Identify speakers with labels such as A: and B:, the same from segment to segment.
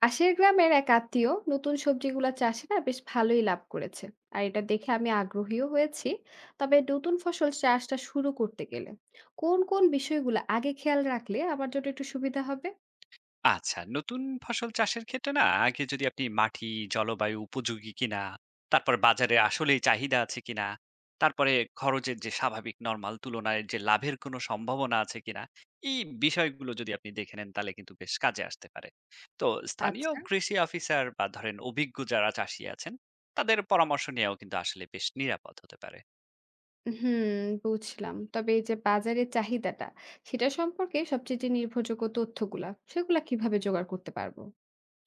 A: পাশের গ্রামের এক আত্মীয় নতুন সবজিগুলা চাষে না বেশ ভালোই লাভ করেছে আর এটা দেখে আমি আগ্রহীও হয়েছি। তবে নতুন ফসল চাষটা শুরু করতে গেলে কোন কোন বিষয়গুলো আগে খেয়াল রাখলে আমার জন্য একটু সুবিধা হবে?
B: আচ্ছা, নতুন ফসল চাষের ক্ষেত্রে না আগে যদি আপনি মাটি, জলবায়ু উপযোগী কিনা, তারপর বাজারে আসলেই চাহিদা আছে কিনা, তারপরে খরচের যে স্বাভাবিক নরমাল তুলনায় যে লাভের কোনো সম্ভাবনা আছে কিনা, এই বিষয়গুলো যদি আপনি দেখে নেন তাহলে কিন্তু বেশ কাজে আসতে পারে। তো স্থানীয়
A: আচ্ছা।
B: কৃষি অফিসার বা ধরেন অভিজ্ঞ যারা চাষী আছেন, তাদের পরামর্শ নেওয়াও কিন্তু আসলে বেশ নিরাপদ হতে পারে।
A: হুম। বুঝলাম, তবে এই যে বাজারের চাহিদাটা সেটা সম্পর্কে সবচেয়ে যে নির্ভরযোগ্য তথ্যগুলা সেগুলা কিভাবে জোগাড় করতে পারবো?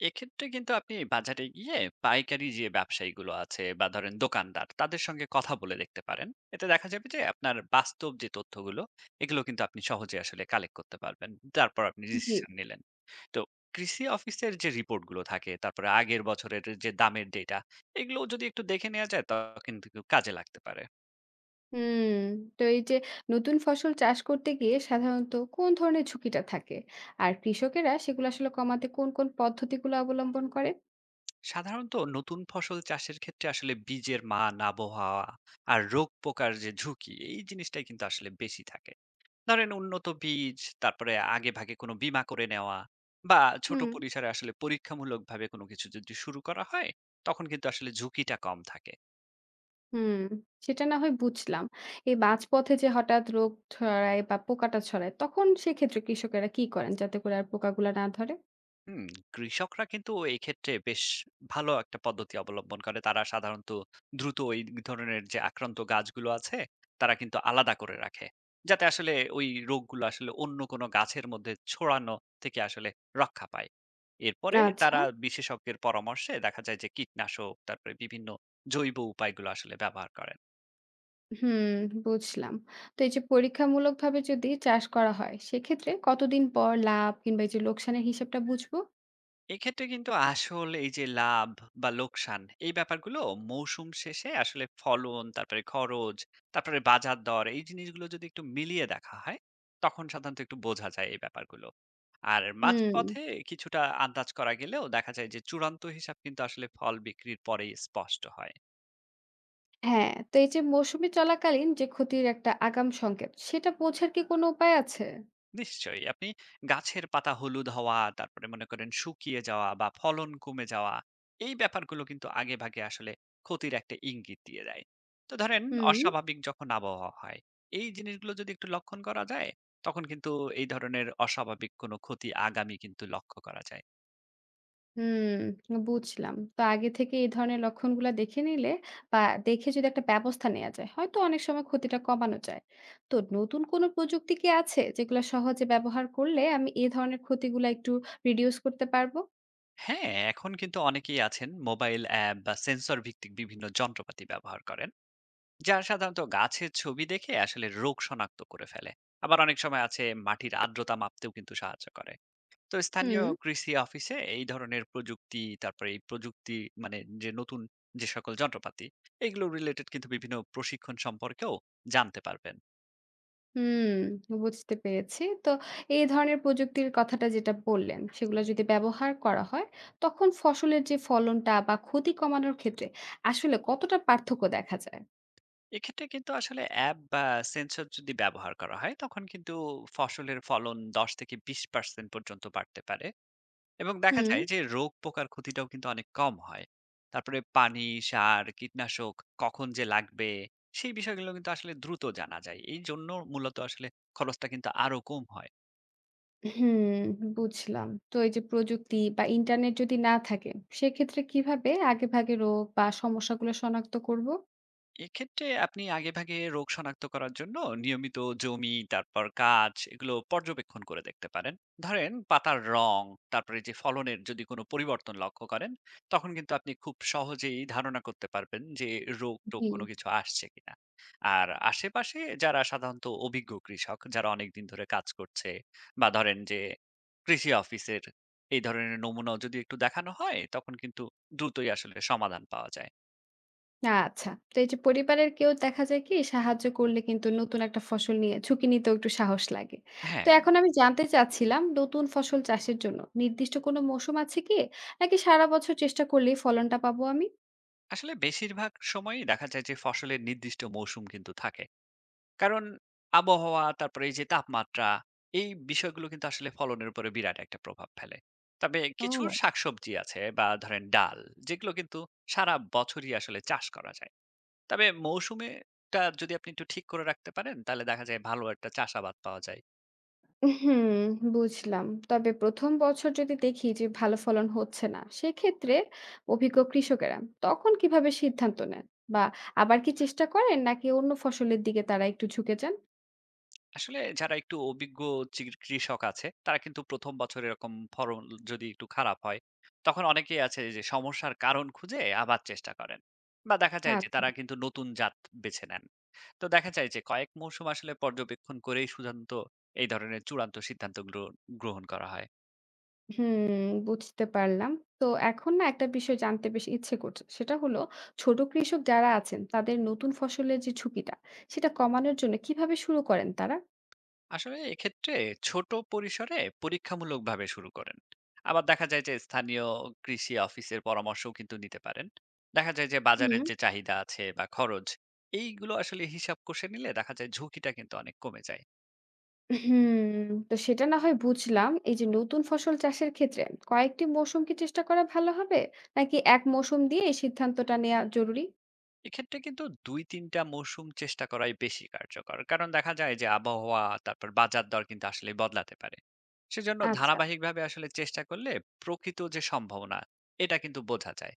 B: এক্ষেত্রে কিন্তু আপনি বাজারে গিয়ে পাইকারি যে ব্যবসায়ীগুলো আছে বা ধরেন দোকানদার তাদের সঙ্গে কথা বলে দেখতে পারেন। এতে দেখা যাবে যে আপনার বাস্তব যে তথ্যগুলো এগুলো কিন্তু আপনি সহজে আসলে কালেক্ট করতে পারবেন। তারপর আপনি
A: জি।
B: ডিসিশন নিলেন। তো কৃষি অফিসের যে রিপোর্টগুলো থাকে তারপরে আগের বছরের যে দামের ডেটা এগুলো যদি একটু দেখে নেওয়া যায় তখন কিন্তু খুব কাজে লাগতে পারে।
A: হুম, তো এই যে নতুন ফসল চাষ করতে গিয়ে সাধারণত কোন ধরনের ঝুঁকিটা থাকে? আর কৃষকেরা সেগুলো আসলে কমাতে কোন পদ্ধতিগুলো অবলম্বন করে?
B: সাধারণত নতুন ফসল চাষের ক্ষেত্রে আসলে বীজের মান, আবহাওয়া আর রোগ পোকার যে ঝুঁকি এই জিনিসটাই কিন্তু আসলে বেশি থাকে। ধরেন উন্নত বীজ, তারপরে আগেভাগে কোনো বীমা করে নেওয়া বা ছোট
A: হুম।
B: পরিসরে আসলে পরীক্ষামূলকভাবে কোনো কিছু যদি শুরু করা হয়, তখন কিন্তু আসলে ঝুঁকিটা কম থাকে।
A: হুম, সেটা না হয় বুঝলাম। এই মাঝপথে যে হঠাৎ রোগ ছড়ায় বা পোকাটা ছড়ায়, তখন সেক্ষেত্রে কৃষকেরা কি করেন যাতে করে আর পোকাগুলা না ধরে?
B: হুম, কৃষকরা কিন্তু এই ক্ষেত্রে বেশ ভালো একটা পদ্ধতি অবলম্বন করে। তারা সাধারণত দ্রুত ওই ধরনের যে আক্রান্ত গাছগুলো আছে, তারা কিন্তু আলাদা করে রাখে। যাতে আসলে ওই রোগগুলো আসলে অন্য কোনো গাছের মধ্যে ছড়ানো থেকে আসলে রক্ষা পায়। এরপরে
A: আচ্ছা।
B: তারা বিশেষজ্ঞের পরামর্শে দেখা যায় যে কীটনাশক, তারপরে বিভিন্ন জৈব উপায়গুলো আসলে ব্যবহার করেন।
A: হুম, বুঝলাম। তো এই যে পরীক্ষামূলকভাবে যদি চাষ করা হয়, সেক্ষেত্রে কতদিন পর লাভ কিংবা এই যে লোকসানের হিসাবটা বুঝবো?
B: এক্ষেত্রে কিন্তু আসল এই যে লাভ বা লোকসান এই ব্যাপারগুলো মৌসুম শেষে আসলে ফলন, তারপরে খরচ, তারপরে বাজার দর এই জিনিসগুলো যদি একটু মিলিয়ে দেখা হয় তখন সাধারণত একটু বোঝা যায় এই ব্যাপারগুলো। আর
A: হুম।
B: মাঝপথে কিছুটা আন্দাজ করা গেলেও দেখা যায় যে চূড়ান্ত হিসাব কিন্তু আসলে ফল বিক্রির পরেই স্পষ্ট হয়।
A: হ্যাঁ, তো এই যে মৌসুমী চলাকালীন যে ক্ষতির একটা আগাম সংকেত, সেটা বোঝার কি কোনো উপায় আছে?
B: নিশ্চয়ই। আপনি গাছের পাতা হলুদ হওয়া, তারপরে মনে করেন শুকিয়ে যাওয়া বা ফলন কমে যাওয়া, এই ব্যাপারগুলো কিন্তু আগেভাগে আসলে ক্ষতির একটা ইঙ্গিত দিয়ে দেয়। তো ধরেন
A: হুম।
B: অস্বাভাবিক যখন আবহাওয়া হয়, এই জিনিসগুলো যদি একটু লক্ষণ করা যায়, তখন কিন্তু এই ধরনের অস্বাভাবিক কোনো ক্ষতি আগামী কিন্তু লক্ষ্য করা যায়।
A: হুম, বুঝলাম। তো আগে থেকে এই ধরনের লক্ষণগুলা দেখে নিলে বা দেখে যদি একটা ব্যবস্থা নেওয়া যায়, হয়তো অনেক সময় ক্ষতিটা কমানো যায়। তো নতুন কোনো প্রযুক্তি কি আছে যেগুলো সহজে ব্যবহার করলে আমি এই ধরনের ক্ষতিগুলা একটু রিডিউস করতে পারবো?
B: হ্যাঁ, এখন কিন্তু অনেকেই আছেন মোবাইল অ্যাপ বা সেন্সর ভিত্তিক বিভিন্ন যন্ত্রপাতি ব্যবহার করেন। যারা সাধারণত গাছের ছবি দেখে আসলে রোগ শনাক্ত করে ফেলে। আবার অনেক সময় আছে মাটির আর্দ্রতা মাপতেও কিন্তু সাহায্য করে। তো স্থানীয়
A: হুম।
B: কৃষি অফিসে এই ধরনের প্রযুক্তি, তারপরে এই প্রযুক্তি মানে যে নতুন যে সকল যন্ত্রপাতি এগুলো রিলেটেড কিন্তু বিভিন্ন প্রশিক্ষণ সম্পর্কেও জানতে পারবেন।
A: হুম, বুঝতে পেরেছি। তো এই ধরনের প্রযুক্তির কথাটা যেটা বললেন, সেগুলো যদি ব্যবহার করা হয়, তখন ফসলের যে ফলনটা বা ক্ষতি কমানোর ক্ষেত্রে আসলে কতটা পার্থক্য দেখা যায়?
B: এক্ষেত্রে কিন্তু আসলে অ্যাপ বা সেন্সর যদি ব্যবহার করা হয় তখন কিন্তু ফসলের ফলন ১০-২০% পর্যন্ত বাড়তে পারে এবং দেখা
A: হুম।
B: যায় যে রোগ পোকার ক্ষতিটাও কিন্তু অনেক কম হয়। তারপরে পানি, সার, কীটনাশক কখন যে লাগবে সেই বিষয়গুলো কিন্তু আসলে দ্রুত জানা যায়। এইজন্য মূলত আসলে খরচটা কিন্তু আরো কম হয়।
A: হুম, বুঝলাম। তো এই যে প্রযুক্তি বা ইন্টারনেট যদি না থাকে, সেক্ষেত্রে কিভাবে আগেভাগে রোগ বা সমস্যাগুলো শনাক্ত করব?
B: এক্ষেত্রে আপনি আগেভাগে রোগ শনাক্ত করার জন্য নিয়মিত জমি, তারপর গাছ এগুলো পর্যবেক্ষণ করে দেখতে পারেন। ধরেন পাতার রং, তারপরে যে ফলনের যদি কোনো পরিবর্তন লক্ষ্য করেন তখন কিন্তু আপনি খুব সহজেই ধারণা করতে পারবেন যে রোগ টোগ
A: জি।
B: কোনো কিছু আসছে কিনা। আর আশেপাশে যারা সাধারণত অভিজ্ঞ কৃষক যারা অনেকদিন ধরে কাজ করছে বা ধরেন যে কৃষি অফিসের এই ধরনের নমুনা যদি একটু দেখানো হয় তখন কিন্তু দ্রুতই আসলে সমাধান পাওয়া যায়।
A: আচ্ছা। তো এই যে পরিবারের কেউ দেখা যায় কি সাহায্য করলে কিন্তু নতুন একটা ফসল নিয়ে ঝুঁকি নিতেও একটু সাহস লাগে। তো
B: হ্যাঁ,
A: এখন আমি জানতে চাচ্ছিলাম নতুন ফসল চাষের জন্য নির্দিষ্ট কোনো মৌসুম আছে কি? নাকি সারা বছর চেষ্টা করলেই ফলনটা পাবো আমি?
B: আসলে বেশিরভাগ সময়ই দেখা যায় যে ফসলের নির্দিষ্ট মৌসুম কিন্তু থাকে। কারণ আবহাওয়া, তারপরে এই যে তাপমাত্রা, এই বিষয়গুলো কিন্তু আসলে ফলনের উপরে বিরাট একটা প্রভাব ফেলে। তবে কিছু
A: ও।
B: শাকসবজি আছে বা ধরেন ডাল, যেগুলো কিন্তু সারা বছরই আসলে চাষ করা যায়। তবে মৌসুমেটা যদি আপনি একটু ঠিক করে রাখতে পারেন তাহলে দেখা যায় ভালো একটা চাষাবাদ পাওয়া যায়।
A: হুম, বুঝলাম। তবে ১ম বছর যদি দেখি যে ভালো ফলন হচ্ছে না, সেক্ষেত্রে অভিজ্ঞ কৃষকেরা তখন কিভাবে সিদ্ধান্ত নেন? বা আবার কি চেষ্টা করেন নাকি অন্য ফসলের দিকে তারা একটু ঝুঁকে যান?
B: আসলে যারা একটু অভিজ্ঞ কৃষক আছে, তারা কিন্তু ১ম বছর এরকম ফলন যদি একটু খারাপ হয়, তখন অনেকেই আছে যে সমস্যার কারণ খুঁজে আবার চেষ্টা করেন। বা দেখা যায় যে
A: আচ্ছা।
B: তারা কিন্তু নতুন জাত বেছে নেন। তো দেখা যায় যে কয়েক মৌসুম আসলে পর্যবেক্ষণ করেই সুধান্ত এই ধরনের চূড়ান্ত সিদ্ধান্তগুলো গ্রহণ করা হয়।
A: হুম, বুঝতে পারলাম। তো এখন না একটা বিষয় জানতে বেশ ইচ্ছে করছে। সেটা হলো ছোট কৃষক যারা আছেন তাদের নতুন ফসলের যে ঝুঁকিটা, সেটা কমানোর জন্য কিভাবে শুরু করেন তারা?
B: আসলে এক্ষেত্রে ছোট পরিসরে পরীক্ষামূলকভাবে শুরু করেন। আবার দেখা যায় যে স্থানীয় কৃষি অফিসের পরামর্শও কিন্তু নিতে পারেন। দেখা যায় যে বাজারের
A: হুম।
B: যে চাহিদা আছে বা খরচ, এইগুলো আসলে হিসাব কষে নিলে দেখা যায় ঝুঁকিটা কিন্তু অনেক কমে যায়।
A: হুম, তো সেটা না হয় বুঝলাম। এই যে নতুন ফসল চাষের ক্ষেত্রে কয়েকটি মৌসুম কি চেষ্টা করা ভালো হবে? নাকি এক মৌসুম দিয়ে এই সিদ্ধান্তটা নেয়া জরুরি?
B: এক্ষেত্রে কিন্তু দুই তিনটা মৌসুম চেষ্টা করাই বেশি কার্যকর, কারণ দেখা যায় যে আবহাওয়া, তারপর বাজার দর কিন্তু আসলে বদলাতে পারে। সেজন্য
A: আচ্ছা।
B: ধারাবাহিকভাবে আসলে চেষ্টা করলে প্রকৃত যে সম্ভাবনা এটা কিন্তু বোঝা যায়।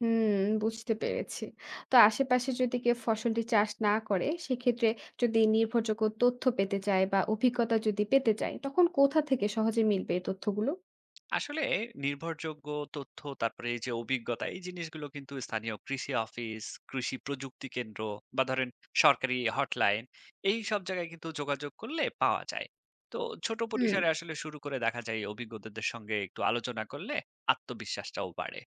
A: হুম, বুঝতে পেরেছি। তো আশেপাশে যদি কেউ ফসলটি চাষ না করে, সেক্ষেত্রে যদি নির্ভরযোগ্য তথ্য পেতে চায় বা অভিজ্ঞতা যদি পেতে চায়, তখন কোথা থেকে সহজে মিলবে এই তথ্যগুলো?
B: আসলে নির্ভরযোগ্য তথ্য, তারপরে এই যে অভিজ্ঞতা, এই জিনিসগুলো কিন্তু স্থানীয় কৃষি অফিস, কৃষি প্রযুক্তি কেন্দ্র বা ধরেন সরকারি হটলাইন, এই সব জায়গায় কিন্তু যোগাযোগ করলে পাওয়া যায়। তো ছোট
A: হুম।
B: পরিসরে আসলে শুরু করে দেখা যায় এই অভিজ্ঞতাদের সঙ্গে একটু আলোচনা করলে আত্মবিশ্বাসটাও বাড়ে।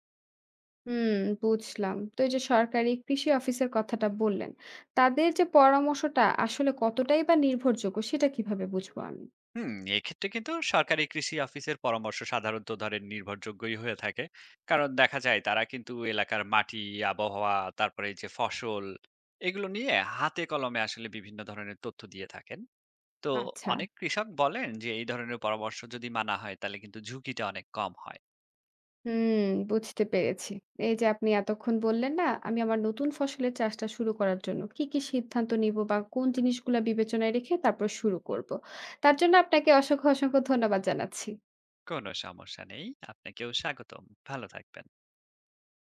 A: হুম, বুঝলাম। তো এই যে সরকারি কৃষি অফিসের কথাটা বললেন, তাদের যে পরামর্শটা আসলে কতটাই বা নির্ভরযোগ্য, সেটা কিভাবে বুঝবো আমি?
B: হুম, এক্ষেত্রে কিন্তু সরকারি কৃষি অফিসের পরামর্শ সাধারণত ধরেন নির্ভরযোগ্যই হয়ে থাকে। কারণ দেখা যায় তারা কিন্তু এলাকার মাটি, আবহাওয়া, তারপরে এই যে ফসল, এগুলো নিয়ে হাতে কলমে আসলে বিভিন্ন ধরনের তথ্য দিয়ে থাকেন। তো
A: আচ্ছা।
B: অনেক কৃষক বলেন যে এই ধরনের পরামর্শ যদি মানা হয় তাহলে কিন্তু ঝুঁকিটা অনেক কম হয়।
A: হুম, বুঝতে পেরেছি। এই যে আপনি এতক্ষণ বললেন না, আমি আমার নতুন ফসলের চাষটা শুরু করার জন্য কি সিদ্ধান্ত নিব বা কোন জিনিসগুলা বিবেচনায় রেখে তারপর শুরু করব। তার জন্য আপনাকে অসংখ্য ধন্যবাদ জানাচ্ছি।
B: কোনো সমস্যা নেই। আপনাকেও স্বাগতম। ভালো থাকবেন।